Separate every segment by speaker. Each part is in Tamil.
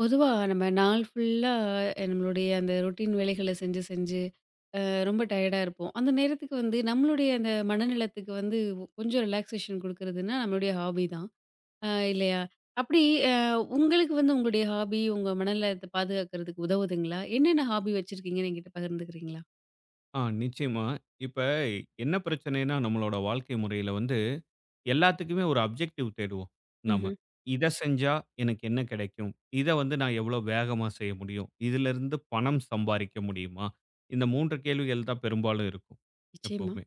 Speaker 1: பொதுவா நம்ம நாள் ஃபுல்லா நம்மளுடைய அந்த ரொட்டீன் வேலைகள செஞ்சு, செஞ்சு ரொம்ப டயர்டா இருப்போம். அந்த நேரத்துக்கு வந்து நம்மளுடைய அந்த மனநலத்துக்கு வந்து கொஞ்சம் ரிலாக்சேஷன் குடுக்குறதுன்னா, நம்மளுடைய ஹாபி தான். இல்லையா? அப்படி. அ உங்களுக்கு வந்து உங்களுடைய ஹாபி உங்க மனநலத்த பாதுகாக்கிறதுக்கு உதவுதுங்களா? என்னென்ன ஹாபி வச்சிருக்கீங்கன்னு என்கிட்ட பகிர்ந்துக்கிறீங்களா?
Speaker 2: ஆ நிச்சயமா. இப்ப என்ன பிரச்சனைன்னா, நம்மளோட வாழ்க்கை முறையில வந்து எல்லாத்துக்குமே ஒரு அப்ஜெக்டிவ் தேடுவோம் நாம.
Speaker 1: ம்ஹ்ம்.
Speaker 2: இத செஞ்சா எனக்கு என்ன கிடைக்கும்? இத வந்து நான் எவ்வளோ வேகமா செய்ய முடியும்? இதிலிருந்து பணம் சம்பாரிக்க முடியுமா? இந்த 3 கேள்விகள் தான் பெரும்பாலும் இருக்கும்
Speaker 1: நிச்சயமா.
Speaker 2: எப்பவுமே.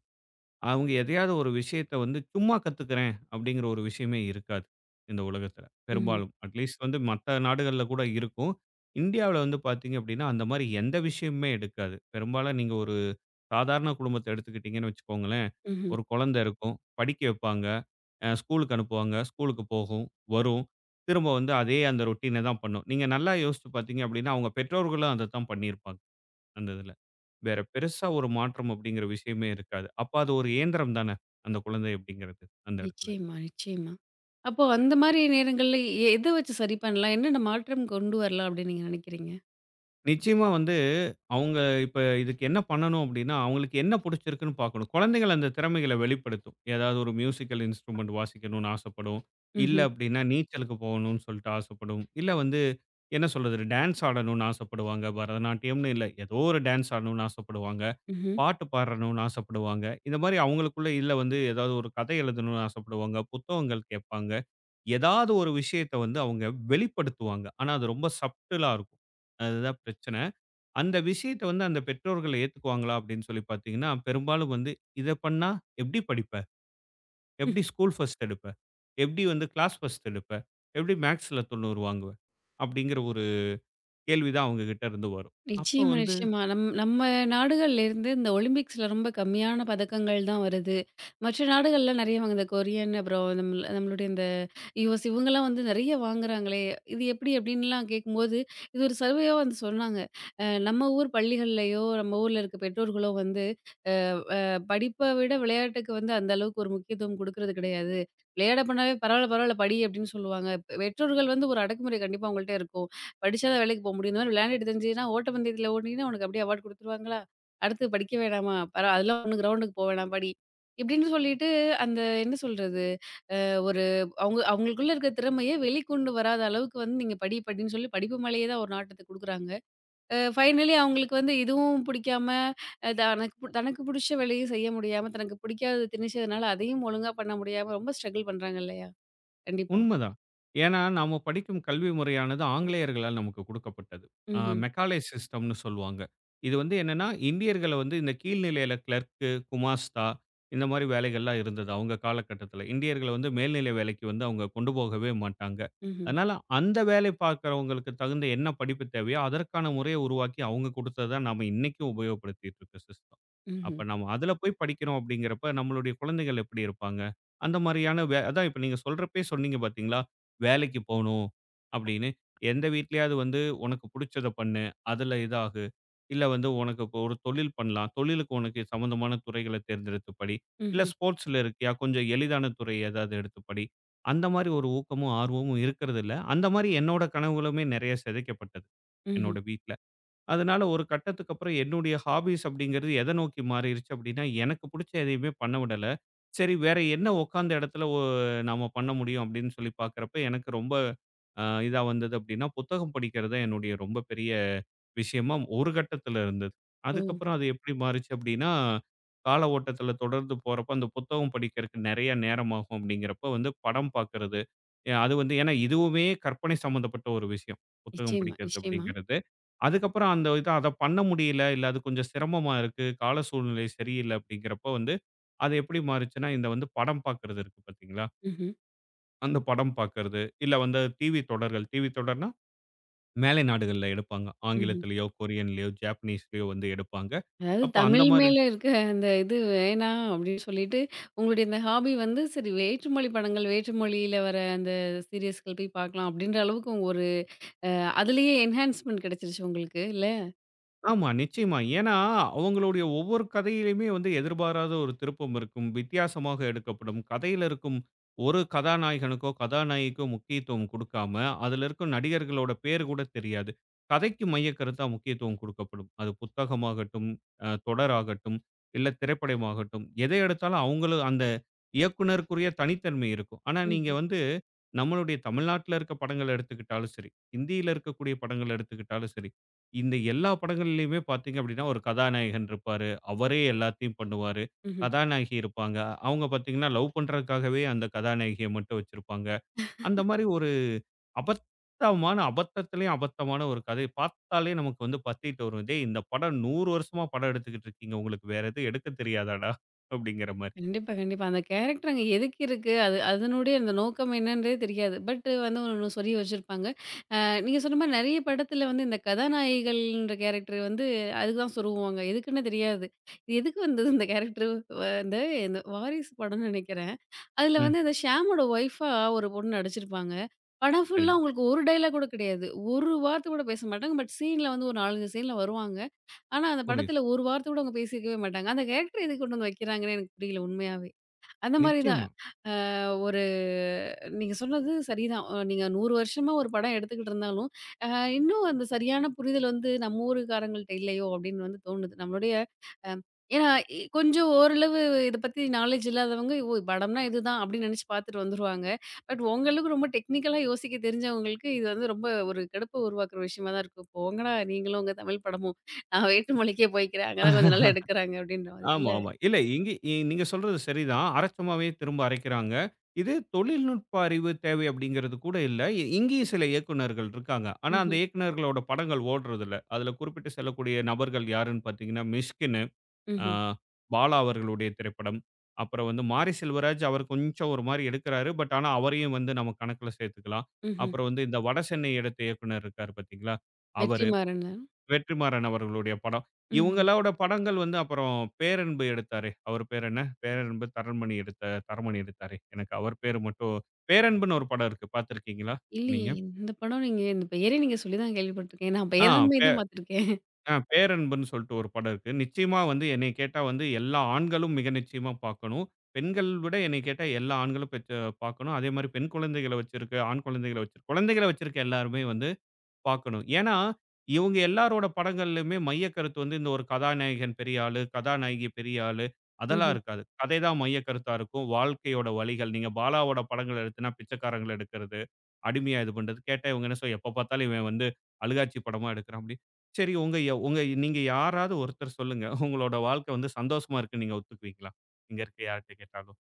Speaker 2: அவங்க எதையாவது ஒரு விஷயத்த வந்து சும்மா கத்துக்கிறேன் அப்படிங்கிற ஒரு விஷயமே இருக்காது இந்த உலகத்துல
Speaker 1: ம்ஹ்ம்.
Speaker 2: பெரும்பாலும். அட்லீஸ்ட் வந்து மத்த நாடுகள்ல கூட இருக்கும். இந்தியாவுல வந்து பார்த்தீங்க அப்படின்னா, அந்த மாரி எந்த விஷயமுமே எடுக்காது. பெரும்பாலும் நீங்க ஒரு சாதாரண குடும்பத்த எடுத்துக்கிட்டீங்கன்னு வச்சுக்கோங்களேன்,
Speaker 1: ம்ஹ்ம்.
Speaker 2: ஒரு குழந்தை இருக்கும், படிக்க வைப்பாங்க, ஸ்கூலுக்கு அனுப்புவாங்க, ஸ்கூலுக்கு போகும், வரும். திரும்ப வந்து அதே அந்த ரொட்டீன தான் பண்ணும். நீங்க நல்லா யோசிச்சு பார்த்தீங்க அப்படின்னா, அவங்க பெற்றோர்களும் அதத்தான் பண்ணியிருப்பாங்க. அந்த இதுல. வேற பெருசா ஒரு மாற்றம் அப்படிங்கிற விஷயமே இருக்காது. அப்ப அது ஒரு இயந்திரம் தானே, அந்த குழந்தை அப்படிங்கிறது, அந்த இடத்துல.
Speaker 1: நிச்சயமா, நிச்சயமா. அப்போ அந்த மாரி நேரங்கள்ல எத வச்சு சரி பண்ணலாம்? என்னென்ன மாற்றம் கொண்டு வரலாம் அப்படின்னு நீங்க நினைக்கிறீங்க?
Speaker 2: நிச்சயமா வந்து அவங்க இப்ப இதுக்கு என்ன பண்ணணும் அப்படின்னா, அவங்களுக்கு என்ன புடிச்சிருக்குன்னு பார்க்கணும். குழந்தைகள் அந்த திறமைகள வெளிப்படுத்தும். ஏதாவது ஒரு மியூசிக்கல் இன்ஸ்ட்ருமென்ட் வாசிக்கணும்னு ஆசைப்படும். இல்ல
Speaker 1: ம்ஹ்ம்.
Speaker 2: அப்படின்னா நீச்சலுக்கு போகணும்னு சொல்லிட்டு ஆசைப்படும். இல்ல வந்து என்ன சொல்றது? டான்ஸ் ஆடணும்னு ஆசைப்படுவாங்க. பரதநாட்டியம்னு இல்ல, ஏதோ ஒரு டான்ஸ் ஆடணும்னு ஆசைப்படுவாங்க.
Speaker 1: ம்ஹ்ம்.
Speaker 2: பாட்டு பாடணும்னு ஆசைப்படுவாங்க. இந்த மாரி அவங்களுக்குள்ள இல்ல வந்து ஏதாவது ஒரு கதை எழுதணும்னு ஆசைப்படுவாங்க. புத்தகங்கள் கேட்பாங்க. ஏதாவது ஒரு விஷயத்த வந்து அவங்க வெளிப்படுத்துவாங்க. ஆனா அது ரொம்ப சப்டிலா இருக்கும். அதுதான் பிரச்சனை. அந்த விஷயத்த வந்து அந்த பெற்றோர்கள் ஏத்துக்குவாங்களா அப்படின்னு சொல்லி பார்த்தீங்கன்னா, பெரும்பாலும் வந்து இத பண்ணா எப்படி படிப்ப? எப்படி ஸ்கூல் ஃபர்ஸ்ட் எடுப்ப? எப்படி வந்து கிளாஸ் ஃபர்ஸ்ட் எடுப்ப? எப்படி மேத்ஸ்ல 90 வாங்குவ? அப்படிங்கிற ஒரு கேள்வி தான் அவங்க கிட்ட இருந்து வரும். அப்ப
Speaker 1: நிச்சயமா,
Speaker 2: வந்து
Speaker 1: நிச்சயமா. நம்ம நாடுகள்லேருந்து இந்த ஒலிம்பிக்ஸ்ல ரொம்ப கம்மியான பதக்கங்கள் தான் வருது. மற்ற நாடுகள்ல நெறைய வாங்குது. இந்த கொரியன் அப்புறம் நம்மளுடைய இந்த யுஎஸ் இவங்கலாம் வந்து நெறைய வாங்குறாங்களே! இது எப்படி? அப்படின்லாம் கேட்கும்போது, இது ஒரு சர்வேவா வந்து சொன்னாங்க. நம்ம ஊர் பள்ளிகள்லயோ, நம்ம ஊர்ல இருக்க பெற்றோர்களோ வந்து படிப்ப விட விளையாட்டுக்கு வந்து அந்த அளவுக்கு ஒரு முக்கியத்துவம் குடுக்குறது கிடையாது. விளையாட பண்ணாவே பரவால்ல, பரவால்ல படி அப்படின்னு சொல்லுவாங்க. பெற்றோர்கள் வந்து ஒரு அடக்குமுறை கண்டிப்பா அவங்கள்ட்ட இருக்கும். படிச்சா தான் வேலைக்கு போ முடியும். இந்த மாரி விளையாண்டுட்டு திரிஞ்சின்னா, ஓட்டப்பந்தயத்துல ஓடுனீன்னா உனக்கு அப்படியே அவார்ட் குடுத்துருவாங்களா? அடுத்து படிக்க வேணாமா? பரவா அதெல்லாம் ஒண்ணும் கிரவுண்டுக்கு போ வேணாம் படி. இப்படின்னு சொல்லிட்டு அந்த என்ன சொல்றது? ஒரு அவங்க அவங்களுக்குள்ள இருக்க திறமைய வெளிக்கொண்டு வராத அளவுக்கு வந்து நீங்க படி படின்னு சொல்லி படிப்பு மேலேயே தான் ஒரு நாட்டத்த குடுக்குறாங்க. ஃபைனலி அவங்களுக்கு வந்து இதுவும் புடிக்காம, தனக்கு புடிச்ச வேலையும் செய்ய முடியாம, தனக்கு பிடிக்காதது திணிச்சதுனால, அதையும் ஒழுங்கா பண்ண முடியாம ரொம்ப ஸ்ட்ரகிள் பண்றாங்க இல்லையா? கண்டிப்பா.
Speaker 2: உண்மதான். ஏன்னா, நாம படிக்கும் கல்வி முறையானது ஆங்கிலேயர்களால் நமக்கு குடுக்கப்பட்டது.
Speaker 1: ம்ஹ்ம்.
Speaker 2: மெக்காலே சிஸ்டம்னு சொல்லுவாங்க. இது வந்து என்னன்னா, இந்தியர்கள வந்து இந்த கீழ்நிலையில கிளர்க்கு, குமாஸ்தா இந்த மாரி வேலைகள்லாம் இருந்தது அவங்க காலகட்டத்தில. இந்தியர்கள வந்து மேல்நிலை வேலைக்கு வந்து அவங்க கொண்டு போகவே மாட்டாங்க.
Speaker 1: ம்ஹ்ம்.
Speaker 2: அதனால அந்த வேலை பார்க்கிறவங்களுக்கு தகுந்த என்ன படிப்பு தேவையோ, அதற்கான முறைய உருவாக்கி அவங்க குடுத்தது தான் நாம இன்னைக்கும் உபயோகப்படுத்திட்டு இருக்க சிஸ்டம். அப்ப
Speaker 1: ம்ஹ்ம்.
Speaker 2: நம்ம அதுல போய் படிக்கிறோம் அப்படிங்கிறப்ப, நம்மளுடைய குழந்தைகள் எப்படி இருப்பாங்க? அந்த மாரியான அதான் இப்ப நீங்க சொல்றப்பயே சொன்னீங்க பார்த்தீங்களா, "வேலைக்கு போணும்" அப்படின்னு. எந்த வீட்லயாவது வந்து "உனக்கு புடிச்சத பண்ணு, அதுல இதாகு. இல்ல வந்து உனக்கு இப்போ ஒரு தொழில் பண்ணலாம். தொழிலுக்கு உனக்கு சம்மந்தமான துறைகள தேர்ந்தெடுத்து படி. இல்ல
Speaker 1: ம்ஹ்ம்.
Speaker 2: ஸ்போர்ட்ஸ்ல இருக்கியா, கொஞ்சம் எளிதான துறை ஏதாவது எடுத்து படி." அந்த மாரி ஒரு ஊக்கமும், ஆர்வமும் இருக்கிறதில்ல. அந்த மாரி என்னோட கனவுகளுமே நெறைய சிதைக்கப்பட்டது, என்னோட
Speaker 1: ம்ஹ்ம்.
Speaker 2: வீட்ல. அதனால ஒரு கட்டத்துக்கு அப்புறம் என்னுடைய ஹாபீஸ் அப்படிங்கிறது எதை நோக்கி மாறிருச்சு அப்படின்னா, எனக்கு புடிச்ச எதையுமே பண்ண விடல. சரி வேற என்ன உட்காந்த இடத்துல நாம பண்ண முடியும் அப்படின்னு சொல்லி பார்க்கிறப்ப, எனக்கு ரொம்ப இதா வந்தது அப்படின்னா, புத்தகம் படிக்கிறது தான் என்னுடைய ரொம்ப பெரிய விஷயமா ஒரு கட்டத்துல இருந்தது.
Speaker 1: ஓ!
Speaker 2: அதுக்கப்புறம் அது எப்படி மாறுச்சு அப்படின்னா, கால ஓட்டத்துல தொடர்ந்து போறப்ப, அந்த புத்தகம் படிக்கிறதுக்கு நெறைய நேரமாகும் அப்படிங்கிறப்ப வந்து படம் பார்க்கறது. அது வந்து ஏன்னா இதுவுமே கற்பனை சம்மந்தப்பட்ட ஒரு விஷயம். புத்தகம்
Speaker 1: நிச்சயமா,
Speaker 2: படிக்கிறது
Speaker 1: நிச்சயமா.
Speaker 2: அப்படிங்கிறது. அதுக்கப்புறம் அந்த அத பண்ண முடியல, இல்ல அது கொஞ்சம் சிரமமா இருக்கு, கால சூழ்நிலை சரியில்ல அப்படிங்கிறப்ப வந்து, அது எப்படி மாறுச்சுன்னா, இந்த வந்து படம் பார்க்கறது இருக்கு பார்த்தீங்களா?
Speaker 1: ம்ஹ்ம்.
Speaker 2: அந்த படம் பார்க்கறது, இல்ல வந்து டிவி தொடர்கள். டிவி தொடர்னா மேலை நாடுகள்ல எடுப்பாங்க.
Speaker 1: ம்ஹ்ம்.
Speaker 2: ஆங்கிலத்திலயோ, கொரியன்லயோ, ஜாப்பனீஸ்லயோ வந்து எடுப்பாங்க.
Speaker 1: அதாவது
Speaker 2: அப்ப அந்த
Speaker 1: தமிழ்
Speaker 2: மாரி
Speaker 1: மேல இருக்க அந்த இது வேணாம் அப்படின்னு சொல்லிட்டு, உங்களுடைய இந்த ஹாபி வந்து சரி வேற்றுமொழி படங்கள், வேற்றுமொழியில வர அந்த சீரியஸ்கள் போய் பார்க்கலாம் அப்படின்ற அளவுக்கு உங்க ஒரு அ அதிலேயே என்ஹான்ஸ்மென்ட் கிடைச்சிருச்சு உங்களுக்கு இல்ல?
Speaker 2: ஆமா, நிச்சயமா. ஏன்னா, அவங்களுடைய ஒவ்வொரு கதையிலயுமே வந்து எதிர்பாராத ஒரு திருப்பம் இருக்கும். வித்தியாசமாக எடுக்கப்படும். கதையில இருக்கும் ஒரு கதாநாயகனுக்கோ, கதாநாயகிக்கோ முக்கியத்துவம் குடுக்காம, அதுல இருக்கும் நடிகர்களோட பேர் கூட தெரியாது. கதைக்கு மையக்கருத்தா முக்கியத்துவம் குடுக்கப்படும். அது புத்தகமாகட்டும், தொடராகட்டும், இல்ல திரைப்படமாகட்டும், எதை எடுத்தாலும் அவங்களும் அந்த இயக்குனருக்குரிய தனித்தன்மை இருக்கும். ஆனா, நீங்க
Speaker 1: ம்ஹ்ம்.
Speaker 2: வந்து நம்மளுடைய தமிழ்நாட்டுல இருக்க படங்கள எடுத்துக்கிட்டாலும் சரி, ஹிந்தியில இருக்கக்கூடிய படங்கள எடுத்துக்கிட்டாலும் சரி, இந்த எல்லா படங்கள்லயுமே பார்த்தீங்க அப்படின்னா, ஒரு கதாநாயகன் இருப்பாரு. அவரே எல்லாத்தையும் பண்ணுவாரு.
Speaker 1: ம்ஹ்ம்.
Speaker 2: கதாநாயகி இருப்பாங்க. அவங்க பார்த்தீங்கன்னா, லவ் பண்றதுக்காகவே அந்த கதாநாயகிய மட்டும் வச்சிருப்பாங்க. அந்த மாரி ஒரு அபத்தமான அபத்தத்திலயும் அபத்தமான ஒரு கதை. பார்த்தாலே நமக்கு வந்து பத்திட்டு வரும். "டேய், இந்த படம் 100 வருஷமா படம் எடுத்துக்கிட்டு இருக்கீங்க. உங்களுக்கு வேற எதுவும் எடுக்க தெரியாதாடா?" அப்படிங்கிற மாரி.
Speaker 1: கண்டிப்பா, கண்டிப்பா. அந்த கேரக்டர் அங்க எதுக்கு இருக்கு? அது அதனுடைய அந்த நோக்கம் என்னன்றதே தெரியாது. பட் வந்து ஒண்ணு சொல்லி வச்சிருப்பாங்க. நீங்க சொன்ன மாரி நெறைய படத்துல வந்து இந்த கதாநாயகிகள்ன்ற கேரக்டர் வந்து அதுக்கு தான் சொருகுவாங்க. எதுக்குன்னு தெரியாது. இது எதுக்கு வந்தது இந்த கேரக்டர்? வந்து இந்த வாரிசு படம்னு நெனைக்கிறேன். அதுல
Speaker 2: ம்.
Speaker 1: வந்து அந்த ஷியாமோட ஒய்ஃபா ஒரு பொண்ணு நடிச்சிருப்பாங்க. படம் ஃபுல்லா
Speaker 2: சரிங்க.
Speaker 1: உங்களுக்கு ஒரு டயலாக் கூட கிடையாது. ஒரு வார்த்தை கூட பேச மாட்டாங்க. பட் சீன்ல வந்து ஒரு 4, 5 சீன்ல வருவாங்க. ஆனா அந்த
Speaker 2: புரியுது.
Speaker 1: படத்துல ஒரு வார்த்தை கூட அவங்க பேசியிருக்கவே மாட்டாங்க. அந்த கேரக்டர் எதுக்கு கொண்டு வந்து வைக்கிறாங்கன்னு எனக்கு புரியல உண்மையாவே. அந்த மாரி தான்.
Speaker 2: நிச்சயமா.
Speaker 1: அ ஒரு நீங்க சொன்னது சரிதான். நீங்க 100 வருஷமா ஒரு படம் எடுத்துக்கிட்டு இருந்தாலும், அ இன்னும் அந்த சரியான புரிதல் வந்து நம்ம ஊருக்காரங்கள்ட்ட இல்லையோ! அப்டின்னு வந்து தோணுது. நம்மளுடைய அ ஏன்னா கொஞ்சம் ஓரளவு இத பத்தி நாலேட்ஜ் இல்லாதவங்க, ஓ! படம்னா இதுதான் அப்டின்னு நெனச்சு பார்த்துட்டு வந்துருவாங்க. பட் உங்களுக்கு ரொம்ப டெக்னிக்கலா யோசிக்க தெரிஞ்சவங்களுக்கு, இது வந்து ரொம்ப ஒரு கடுப்ப உருவாக்குற விஷயமா தான் இருக்கும். போங்கடா நீங்களும் உங்க தமிழ் படமும். நான் வேற்று மொழிக்கே போய்க்கிறேன். அங்க தான் கொஞ்சம் நல்லா எடுக்குறாங்க அப்டின்ற மாதிரி
Speaker 2: ஆமா,
Speaker 1: இல்ல.
Speaker 2: ஆமா. இல்ல இங்க நீங்க சொல்றது சரிதான். அரைச்சமாவே திரும்ப அரைக்கிறாங்க. இது தொழில்நுட்ப அறிவு தேவை அப்படிங்கிறது கூட இல்ல. இங்கேயும் சில இயக்குனர்கள் இருக்காங்க. ஆனா, அந்த
Speaker 1: ம்ஹ்ம்,
Speaker 2: இயக்குனர்களோட படங்கள் ஓடுறதில்ல. அதுல குறிப்பிட்டு செல்லக்கூடிய நபர்கள் யாருன்னு பார்த்தீங்கன்னா, மிஷ்கினு, அ
Speaker 1: ம்ஹ்ம்,
Speaker 2: பாலா அவர்களுடைய திரைப்படம். அப்புறம் வந்து மாரி செல்வராஜ் அவர் கொஞ்சம் ஒரு மாரி எடுக்கிறாரு. பட் ஆனா, அவரையும் வந்து நம்ம கணக்குல சேர்த்துக்கலாம்.
Speaker 1: ம்ஹ்ம்.
Speaker 2: அப்புறம் வந்து இந்த வடசென்னை எடுத்த இயக்குனர் இருக்காரு பார்த்தீங்களா? அவரு.
Speaker 1: வெற்றிமாறன்.
Speaker 2: வெற்றிமாறன் அவர்களுடைய படம்.
Speaker 1: ம்ஹ்ம்.
Speaker 2: இவங்களோட படங்கள் வந்து அப்புறம் பேரன்பு எடுத்தாரே, அவர் பேர் என்ன? பேரன்பு தரண்மணி எடுத்த தரமணி எடுத்தாரே, எனக்கு அவர் பேர் மட்டும் பேரன்புன்னு ஒரு படம் இருக்கு. பார்த்திருக்கீங்களா
Speaker 1: இல்லையே!
Speaker 2: நீங்க?
Speaker 1: இந்த படம் நீங்க இந்த பெயரே நீங்க சொல்லி தான் கேள்விப்பட்டுருக்கேன். நான்
Speaker 2: ஆ
Speaker 1: பேராண்மை
Speaker 2: பே
Speaker 1: தான் பார்த்துருக்கேன்.
Speaker 2: ஆ பேரன்புன்னு சொல்லிட்டு ஒரு படம் இருக்கு. நிச்சயமா வந்து என்னைய கேட்டா வந்து எல்லா ஆண்களும் மிக நிச்சயமா பார்க்கணும். பெண்கள் விட என்னைய கேட்டா எல்லா ஆண்களும் பெற்று பார்க்கணும். அதேமாரி பெண் குழந்தைகள வச்சிருக்க, ஆண் குழந்தைகள வச்சிருக்க குழந்தைகள வச்சிருக்க எல்லாருமே வந்து பார்க்கணும். ஏன்னா, இவங்க எல்லாரோட படங்கள்லயுமே மையக்கருத்து வந்து இந்த ஒரு கதாநாயகன் பெரிய ஆளு, கதாநாயகி பெரிய ஆளு அதெல்லாம்
Speaker 1: ம்ஹ்ம்.
Speaker 2: இருக்காது. கதை தான் மையக்கருத்தா இருக்கும். வாழ்க்கையோட வலிகள். நீங்க பாலாவோட படங்கள் எடுத்தீங்கன்னா, பிச்சைக்காரங்கள எடுக்கிறது, அடிமையா இது பண்றது. கேட்டா இவங்க என்ன எப்ப பார்த்தாலும் இவன் வந்து அழுகாட்சி படமா எடுக்கிறான் அப்படி. சரி உங்க நீங்க யாராவது ஒருத்தர் சொல்லுங்க. உங்களோட வாழ்க்கை வந்து சந்தோஷமா இருக்குன்னு நீங்க ஒத்துக்குவீங்களா? இங்க இருக்க யார்ட்ட கேட்டாலும்?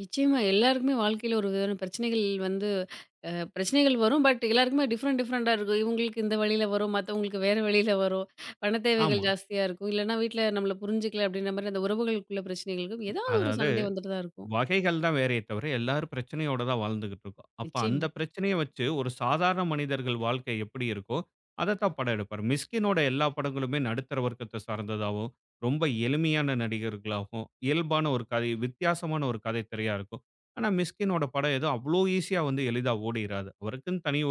Speaker 1: நிச்சயமா எல்லாருக்குமே வாழ்க்கையில ஒரு விதமான பிரச்சனைகள் வந்து பிரச்சனைகள் வரும். பட் எல்லாருக்குமே டிஃப்ரெண்ட் டிஃப்ரெண்ட்டா இருக்கும். இவங்களுக்கு இந்த வழியில வரும், மத்தவங்களுக்கு வேற வழியில வரும். பண தேவைகள்
Speaker 2: ஆமா.
Speaker 1: ஜாஸ்தியா இருக்கும். இல்லன்னா வீட்ல நம்மள புரிஞ்சுக்கல அப்படின்ற மாரி அந்த உறவுகளுக்குள்ள பிரச்சனைகள் இருக்கும். ஏதாவது ஒரு
Speaker 2: அதாவது
Speaker 1: சண்டை வந்துட்டு தான் இருக்கும்.
Speaker 2: வகைகள் தான் வேறயே தவிர, எல்லாரும் பிரச்சனையோட தான் வாழ்ந்துகிட்டு இருக்கோம். அப்ப அந்த
Speaker 1: நிச்சயமா.
Speaker 2: பிரச்சனைய வச்சு ஒரு சாதாரண மனிதர்கள் வாழ்க்கை எப்படி இருக்கோ, அதத்தான் படம் எடுப்பாரு. மிஸ்கினோட எல்லா படங்களுமே நடுத்தர வர்க்கத்த சார்ந்ததாவும், ரொம்ப எளிமையான நடிகர்களாகவும், இயல்பான ஒரு கதை வித்தியாசமான ஒரு கதைத் திரையா இருக்கும். ஆனா, மிஸ்கினோட படம் ஏதோ அவ்ளோ ஈஸியா வந்து எளிதா ஓடிறாது. அவருக்குன்னு தனி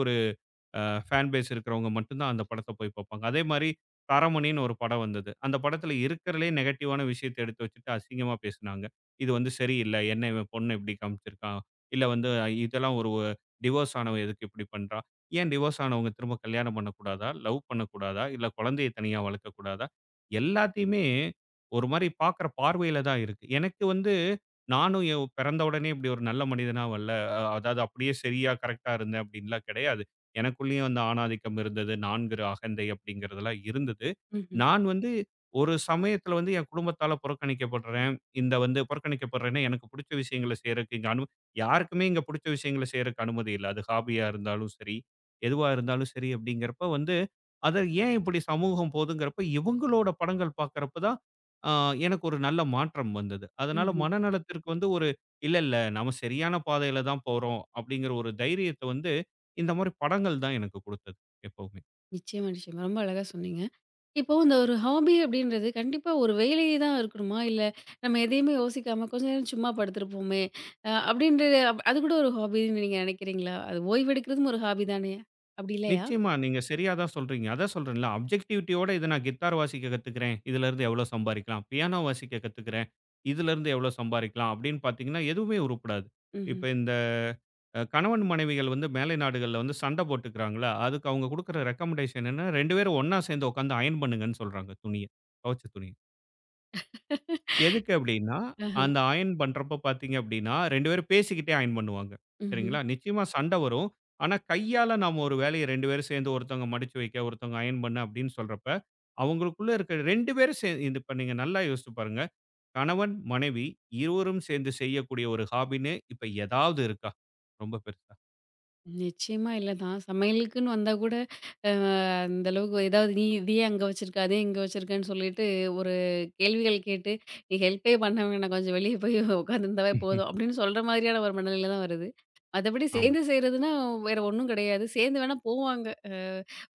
Speaker 2: ஃபேன் பேஸ் இருக்கிறவங்க மட்டும் தான் அந்த படத்த போய் பார்ப்பாங்க. அதே மாரி தரமணின்னு ஒரு படம் வந்தது. அந்த படத்துல இருக்கிறதுலயே நெகட்டிவான விஷயத்த எடுத்து வச்சுட்டு அசிங்கமா பேசுனாங்க. இது வந்து சரியில்ல. என்ன இவன் பொண்ணு இப்படி காமிச்சிருக்கான். இல்ல வந்து இதெல்லாம் ஒரு டிவோர்ஸ் ஆனவ எதுக்கு இப்படி பண்றா? ஏன் டிவோர்ஸ் ஆனவங்க திரும்ப கல்யாணம் பண்ணக்கூடாதா? லவ் பண்ணக்கூடாதா? இல்ல குழந்தைய தனியா வளர்க்கக்கூடாதா? எல்லாத்தையுமே ஒரு மாரி பார்க்குற பார்வையில தான் இருக்கு. எனக்கு வந்து நானும் என் பிறந்த உடனே இப்படி ஒரு நல்ல மனிதனா வரல. அதாவது அப்படியே சரியா கரெக்ட்டா இருந்தேன் அப்படின்லாம் கிடையாது. எனக்குள்ளேயும் அந்த ஆணாதிக்கம் இருந்தது. 4 அகந்தை அப்படிங்கிறதெல்லாம் இருந்தது.
Speaker 1: ம்ஹ்ம்.
Speaker 2: நான் வந்து ஒரு சமயத்துல வந்து என் குடும்பத்தால புறக்கணிக்கப்படுறேன். இந்த வந்து புறக்கணிக்கப்படுறேன்னா, எனக்கு புடிச்ச விஷயங்கள செய்றக்கு இங்க யாருக்குமே இங்க புடிச்ச விஷயங்கள செய்றக்கு அனுமதி இல்ல. அது ஹாபியா இருந்தாலும் சரி, எதுவா இருந்தாலும் சரி அப்படிங்கிறப்ப வந்து, அத ஏன் இப்படி சமூகம் போதுங்கிறப்ப, இவங்களோட படங்கள் பார்க்கறப்ப தான் அ எனக்கு ஒரு நல்ல மாற்றம் வந்தது. அதனால
Speaker 1: ம்ஹ்ம்.
Speaker 2: மனநலத்திற்கு வந்து ஒரு இல்ல இல்ல நம்ம சரியான பாதையில தான் போறோம் அப்படிங்கிற ஒரு தைரியத்த வந்து, இந்த மாரி படங்கள் தான் எனக்கு குடுத்தது எப்பவும்.
Speaker 1: நிச்சயமா, நிச்சயமா. ரொம்ப அழகா சொன்னீங்க. இப்போ இந்த ஒரு ஹாபி அப்படின்றது கண்டிப்பா ஒரு வேலையே தான் இருக்கணுமா? இல்ல நம்ம எதையுமே யோசிக்காம கொஞ்ச நேரம் சும்மா படுத்திருப்போமே, அப்படின்ற அது கூட ஒரு ஹாபின்னு நீங்க நினைக்கிறீங்களா? அது ஓய்வெடுக்கிறதும் ஒரு ஹாபி தானே? அப்படி இல்லையா?
Speaker 2: நிச்சயமா. நீங்க சரியா தான் சொல்றீங்க. அதான் சொல்றேன்ல, அப்ஜெக்டிவிட்டியோட இத நான் கித்தார் வாசிக்க கத்துக்கிறேன். இதுலருந்து எவ்வளோ சம்பாரிக்கலாம்? பியானோ வாசிக்க கத்துக்கிறேன். இதுலருந்து எவ்வளோ சம்பாரிக்கலாம்? அப்படின்னு பார்த்தீங்கன்னா, எதுவுமே உருப்படாது.
Speaker 1: ம்ஹ்ம்.
Speaker 2: இப்ப இந்த கணவன் மனைவிகள் வந்து மேலை நாடுகள்ல வந்து சண்டை போட்டுக்கிறாங்களா, அதுக்கு அவங்க குடுக்குற ரெக்கமெண்டேஷன் என்ன, 2 பேரும் ஒண்ணா சேர்ந்து உட்காந்து அயர்ன் பண்ணுங்கன்னு சொல்றாங்க துணிய. துவைச்ச துணிய. எதுக்கு அப்படின்னா,
Speaker 1: ஆஹ.
Speaker 2: அந்த அயர்ன் பண்றப்ப பார்த்தீங்க அப்படின்னா, 2 பேரும் பேசிக்கிட்டே அயர்ன் பண்ணுவாங்க.
Speaker 1: ம்ஹ்ம்.
Speaker 2: சரிங்களா? நிச்சயமா சண்டை வரும். ஆனா, கையால நாம ஒரு வேலைய 2 பேரும் சேர்ந்து ஒருத்தவங்க மடிச்சு வைக்க, ஒருத்தவங்க அயர்ன் பண்ண அப்படின்னு சொல்றப்ப, அவங்களுக்குள்ள இருக்கிற 2 பேரும் இது இப்ப நீங்க நல்லா யோசிச்சு பாருங்க. கணவன், மனைவி இருவரும் சேர்ந்து செய்யக்கூடிய ஒரு ஹாபின்னு இப்ப ஏதாவது இருக்கா? ரொம்ப பெருசா.
Speaker 1: நிச்சயமா இல்ல தான். சமையலுக்குன்னு வந்தா கூட, அ அந்த அளவுக்கு ஏதாவது நீ இதையே அங்க வச்சிருக்க, அதே இங்க வச்சிருக்கன்னு சொல்லிட்டு ஒரு கேள்விகள் கேட்டு, "நீ ஹெல்ப்பே பண்ண வேணாம். கொஞ்சம் வெளிய போய் உட்காந்துருந்தாவே போதும்." அப்படின்னு சொல்ற மாதிரியான ஒரு மனநிலை தான் வருது. மத்தபடி
Speaker 2: ஆமா.
Speaker 1: சேர்ந்து செய்றதுன்னா வேற ஒண்ணும் கிடையாது. சேர்ந்து வேணா போவாங்க.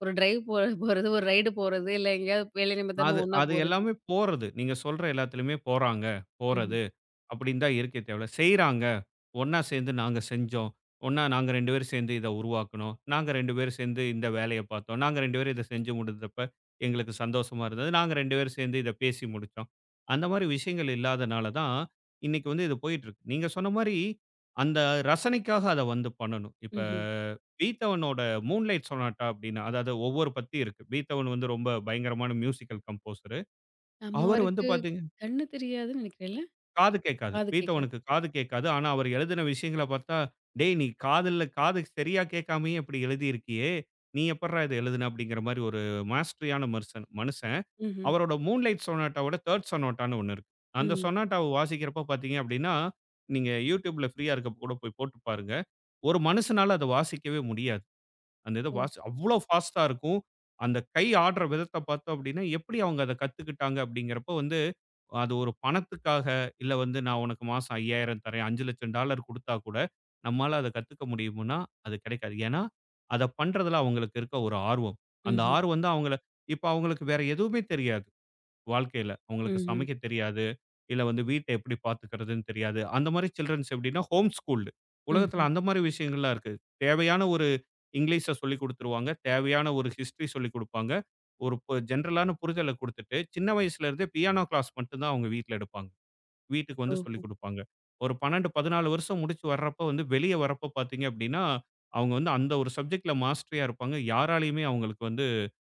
Speaker 1: ஒரு டிரைவ் போறது, ஒரு ரைடு போறது, இல்ல எங்கேயாவது வேலை நிமித்தமா
Speaker 2: அது
Speaker 1: ஒண்ணா
Speaker 2: அது
Speaker 1: போறது.
Speaker 2: எல்லாமே போறது. நீங்க சொல்ற எல்லாத்துலயுமே போறாங்க,
Speaker 1: ம்ஹ்ம்.
Speaker 2: போறது. அப்படின்னு தான் இருக்கே தவிர, செய்றாங்க. ஒண்ணா சேர்ந்து நாங்க செஞ்சோம். ஒண்ணா நாங்க 2 பேரும் சேர்ந்து இத உருவாக்குனோம். நாங்க 2 பேரும் சேர்ந்து இந்த வேலைய பார்த்தோம். நாங்க 2 பேரும் இத செஞ்சு முடிந்தப்ப எங்களுக்கு சந்தோஷமா இருந்தது. நாங்க 2 பேரும் சேர்ந்து இத பேசி முடிச்சோம். அந்த மாரி விஷயங்கள் இல்லாதனால தான், இன்னைக்கு வந்து இது போயிட்டுருக்கு. நீங்க சொன்ன மாரி, அந்த ரசனைக்காக அத வந்து பண்ணணும். இப்ப
Speaker 1: ம்ஹ்ம்.
Speaker 2: பீத்தவனோட "மூன்லைட் சொனாட்டா" அப்படின்னு அதாவது ஒவ்வொரு பத்தி இருக்கு. பீத்தவன் வந்து ரொம்ப பயங்கரமான மியூசிக்கல் கம்போசரு.
Speaker 1: ஆமா,
Speaker 2: அவர் வந்து
Speaker 1: அவருக்கு
Speaker 2: பாத்தீங்கன்னா
Speaker 1: கண்ணு தெரியாதுன்னு நினைக்கிறேன்ல?
Speaker 2: காது கேட்காது.
Speaker 1: காது கேட்காது.
Speaker 2: பீத்தவனுக்கு காது கேட்காது. ஆனா, அவர் எழுதின விஷயங்கள பார்த்தா, "டேய்! நீ காதுல காது சரியா கேட்காமயே இப்படி எழுதியிருக்கியே! நீ எப்புட்றா இத எழுதுன?" அப்படிங்கிற மாரி ஒரு மாஸ்டரியான மனுஷன் மனுசன்.
Speaker 1: ம்ஹ்ம்.
Speaker 2: அவரோட மூன்லைட் சொனாட்டாவோட 3 சொனாட்டான்னு ஒண்ணு இருக்கு. அந்த
Speaker 1: ம்.
Speaker 2: சொனாட்டாவ வாசிக்கிறப்போ பார்த்தீங்க அப்படின்னா, நீங்க YouTubeல ஃப்ரீயா இருக்கப்போ கூட போய் போட்டு பாருங்க. ஒரு மனுஷனால அத வாசிக்கவே முடியாது. அந்த இத
Speaker 1: ஓ!
Speaker 2: வாசி அவ்ளோ ஃபாஸ்ட்டா இருக்கும். அந்த கை ஆடுற விதத்த பார்த்தோம் அப்படின்னா, எப்படி அவங்க அத கத்துக்கிட்டாங்க அப்படிங்கிறப்போ வந்து அது ஒரு பணத்துக்காக, இல்ல வந்து நான் உனக்கு மாசம் 5,000 தரேன், $5,00,000 குடுத்தா கூட, நம்மால அத கத்துக்க முடியும்னா, அது கிடைக்காது. ஏன்னா, அத பண்றதுல அவங்களுக்கு இருக்க ஒரு ஆர்வம். அந்த
Speaker 1: ம்ஹ்ம்.
Speaker 2: ஆர்வம் தான் அவங்கள இப்ப அவங்களுக்கு வேற எதுவுமே தெரியாது, வாழ்க்கையில. அவங்களுக்கு
Speaker 1: ம்ஹ்ம்.
Speaker 2: சமைக்க தெரியாது, இல்ல வந்து வீட்ட எப்படி பாத்துக்கிறதுன்னு தெரியாது. அந்த மாரி சில்ட்ரன்ஸ் எப்படின்னா, ஹோம் ஸ்கூல்டு. உலகத்துல
Speaker 1: ம்ஹ்ம்.
Speaker 2: அந்த மாரி விஷயங்கள்லாம் இருக்கு. தேவையான ஒரு இங்கிலீஷ சொல்லிக் குடுத்துருவாங்க. தேவையான ஒரு ஹிஸ்டரி சொல்லிக் குடுப்பாங்க. ஒரு ஜென்ரலான புரிதல குடுத்துட்டு, சின்ன வயசுல இருந்தே பியானோ கிளாஸ் மட்டும் தான் அவங்க வீட்ல எடுப்பாங்க. வீட்டுக்கு வந்து
Speaker 1: ஓஹோ!
Speaker 2: சொல்லிக் குடுப்பாங்க. ஒரு 12, 14 வருஷம் முடிச்சு வர்றப்ப வந்து வெளிய வர்றப்ப பார்த்தீங்க அப்டின்னா, அவங்க வந்து அந்த ஒரு சப்ஜெக்ட்ல மாஸ்டரியா இருப்பாங்க. யாராலயுமே அவங்களுக்கு வந்து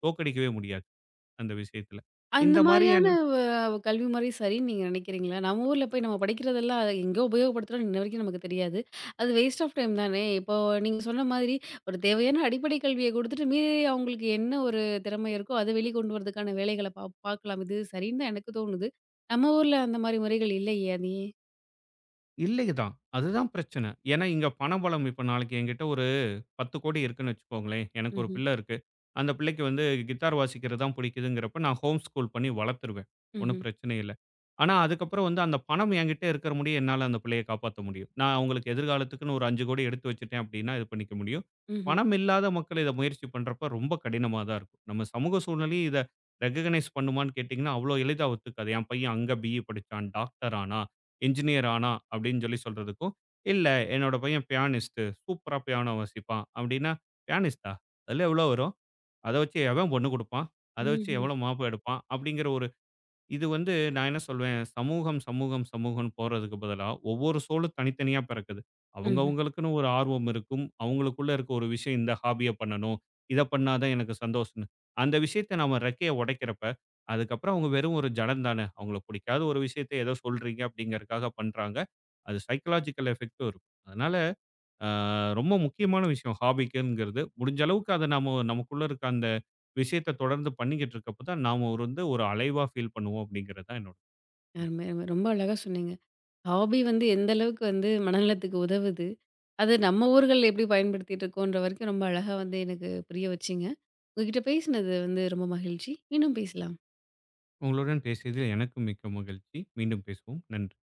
Speaker 2: தோற்கடிக்கவே முடியாது, அந்த விஷயத்துல.
Speaker 1: அந்த
Speaker 2: இந்த
Speaker 1: மாரியான
Speaker 2: மாரியான
Speaker 1: வ கல்வி முறை சரின்னு நீங்க நினைக்கிறீங்களா? நம்ம ஊர்ல போய் நம்ம படிக்கிறதெல்லாம் அத எங்க உபயோகப்படுத்துறோம்னு இன்ன வரைக்கும் நமக்கு தெரியாது. அது வேஸ்ட் ஆஃப் டைம் தானே! இப்போ நீங்க சொன்ன மாதிரி ஒரு தேவையான அடிப்படை கல்விய குடுத்துட்டு, மீதி அவங்களுக்கு என்ன ஒரு திறமை இருக்கோ, அத வெளி கொண்டு வரதுக்கான வேலைகள பார்க்கலாம். இது சரின்னு தான் எனக்கு தோணுது. நம்ம ஊர்ல அந்த மாரி முறைகள் இல்லயே! அது ஏன்?
Speaker 2: இல்லைங்க தான். அதுதான் பிரச்சன. ஏன்னா இங்க பணபலம் இப்ப நாளைக்கு என்கிட்ட ஒரு 10,00,00,000 இருக்குன்னு வச்சுக்கோங்களேன். எனக்கு ஒரு
Speaker 1: ம்ஹ்ம்.
Speaker 2: பிள்ளை இருக்கு. அந்த பிள்ளைக்கு வந்து கிட்டார் வாசிக்கிறது தான் பிடிக்குதுங்கிறப்ப, நான் ஹோம் ஸ்கூல் பண்ணி வளர்த்துருவேன். ஒண்ணும்
Speaker 1: ம்ஹ்ம்.
Speaker 2: பிரச்சனை இல்ல. ஆனா, அதுக்கப்புறம் வந்து அந்த பணம் என்கிட்ட இருக்கிற முடிய என்னால அந்த பிள்ளைய காப்பாத்த முடியும். நான் அவங்களுக்கு எதிர்காலத்துக்குன்னு ஒரு 5,00,00,000 எடுத்து வச்சுட்டேன் அப்படின்னா, இது பண்ணிக்க முடியும்.
Speaker 1: ம்ஹ்ம்.
Speaker 2: பணம் இல்லாத மக்கள் இத முயற்சி பண்றப்ப ரொம்ப கடினமா தான் இருக்கும். நம்ம சமூக சூழ்நிலையும் இத ரெககனைஸ் பண்ணுமான்னு கேட்டீங்கன்னா, அவ்வளோ எளிதா ஒத்துக்காது. என் பையன் அங்க பிஇ படிச்சான், டாக்டர் ஆனா, என்ஜினியர் ஆனா அப்படின்னு சொல்லி சொல்றதுக்கும், இல்ல என்னோட பையன் பியானிஸ்ட்டு. சூப்பரா பியானோ வாசிப்பான் அப்டின்னா, "பியானிஸ்ட்டா? அதுல எவ்ளோ வரும்? அத வச்சு எவன் பொண்ணு குடுப்பான்? அத வச்சு
Speaker 1: ம்ஹ்ம்.
Speaker 2: எவ்வளோ மாப்பு எடுப்பான்?" அப்டிங்கிற ஒரு இது வந்து நான் என்ன சொல்வேன், சமூகம், சமூகம், சமூகம்ன்னு போறதுக்கு பதிலா, ஒவ்வொரு சோலும் தனித்தனியா பிறக்குது. அவங்க
Speaker 1: ம்ஹ்ம்.
Speaker 2: அவங்களுக்குன்னு ஒரு ஆர்வம் இருக்கும். அவங்களுக்குள்ள இருக்க ஒரு விஷயம் இந்த ஹாபிய பண்ணணும். இத பண்ணா தான் எனக்கு சந்தோஷம்ன்னு. அந்த விஷயத்த நாம ரெக்கைய உடைக்கிறப்ப, அதுக்கப்புறம் அவங்க வெறும் ஒரு ஜடம் தானே. அவங்களுக்கு பிடிக்காத ஒரு விஷயத்த ஏதோ சொல்றீங்க அப்படிங்கிறதுக்காக பண்றாங்க. அது சைக்காலஜிக்கல் எஃபெக்ட்டும் இருக்கும். அதனால அ ரொம்ப முக்கியமான விஷயம் ஹாபிக்குங்கிறது. முடிஞ்ச அளவுக்கு அத நாம நமக்குள்ள இருக்க அந்த விஷயத்த தொடர்ந்து பண்ணிக்கிட்டு இருக்கப்ப தான் நாம ஒரு வந்து ஒரு அலைவா ஃபீல் பண்ணுவோம் அப்படிங்கிறது தான் என்னோட கருத்து.
Speaker 1: அருமை, அருமை. ரொம்ப அழகா சொன்னீங்க. ஹாபி வந்து எந்த அளவுக்கு வந்து மனநலத்துக்கு உதவுது. அது நம்ம ஊர்கள்ல எப்படி பயன்படுத்திட்டு இருக்கோன்ற வரைக்கும் ரொம்ப அழகா வந்து எனக்கு புரிய வச்சீங்க. உங்ககிட்ட பேசினது வந்து ரொம்ப மகிழ்ச்சி. இன்னும் பேசலாம்.
Speaker 2: உங்களுடன் பேசியதில் எனக்கு மிக்க மகிழ்ச்சி. மீண்டும் பேசுவோம். நன்றி.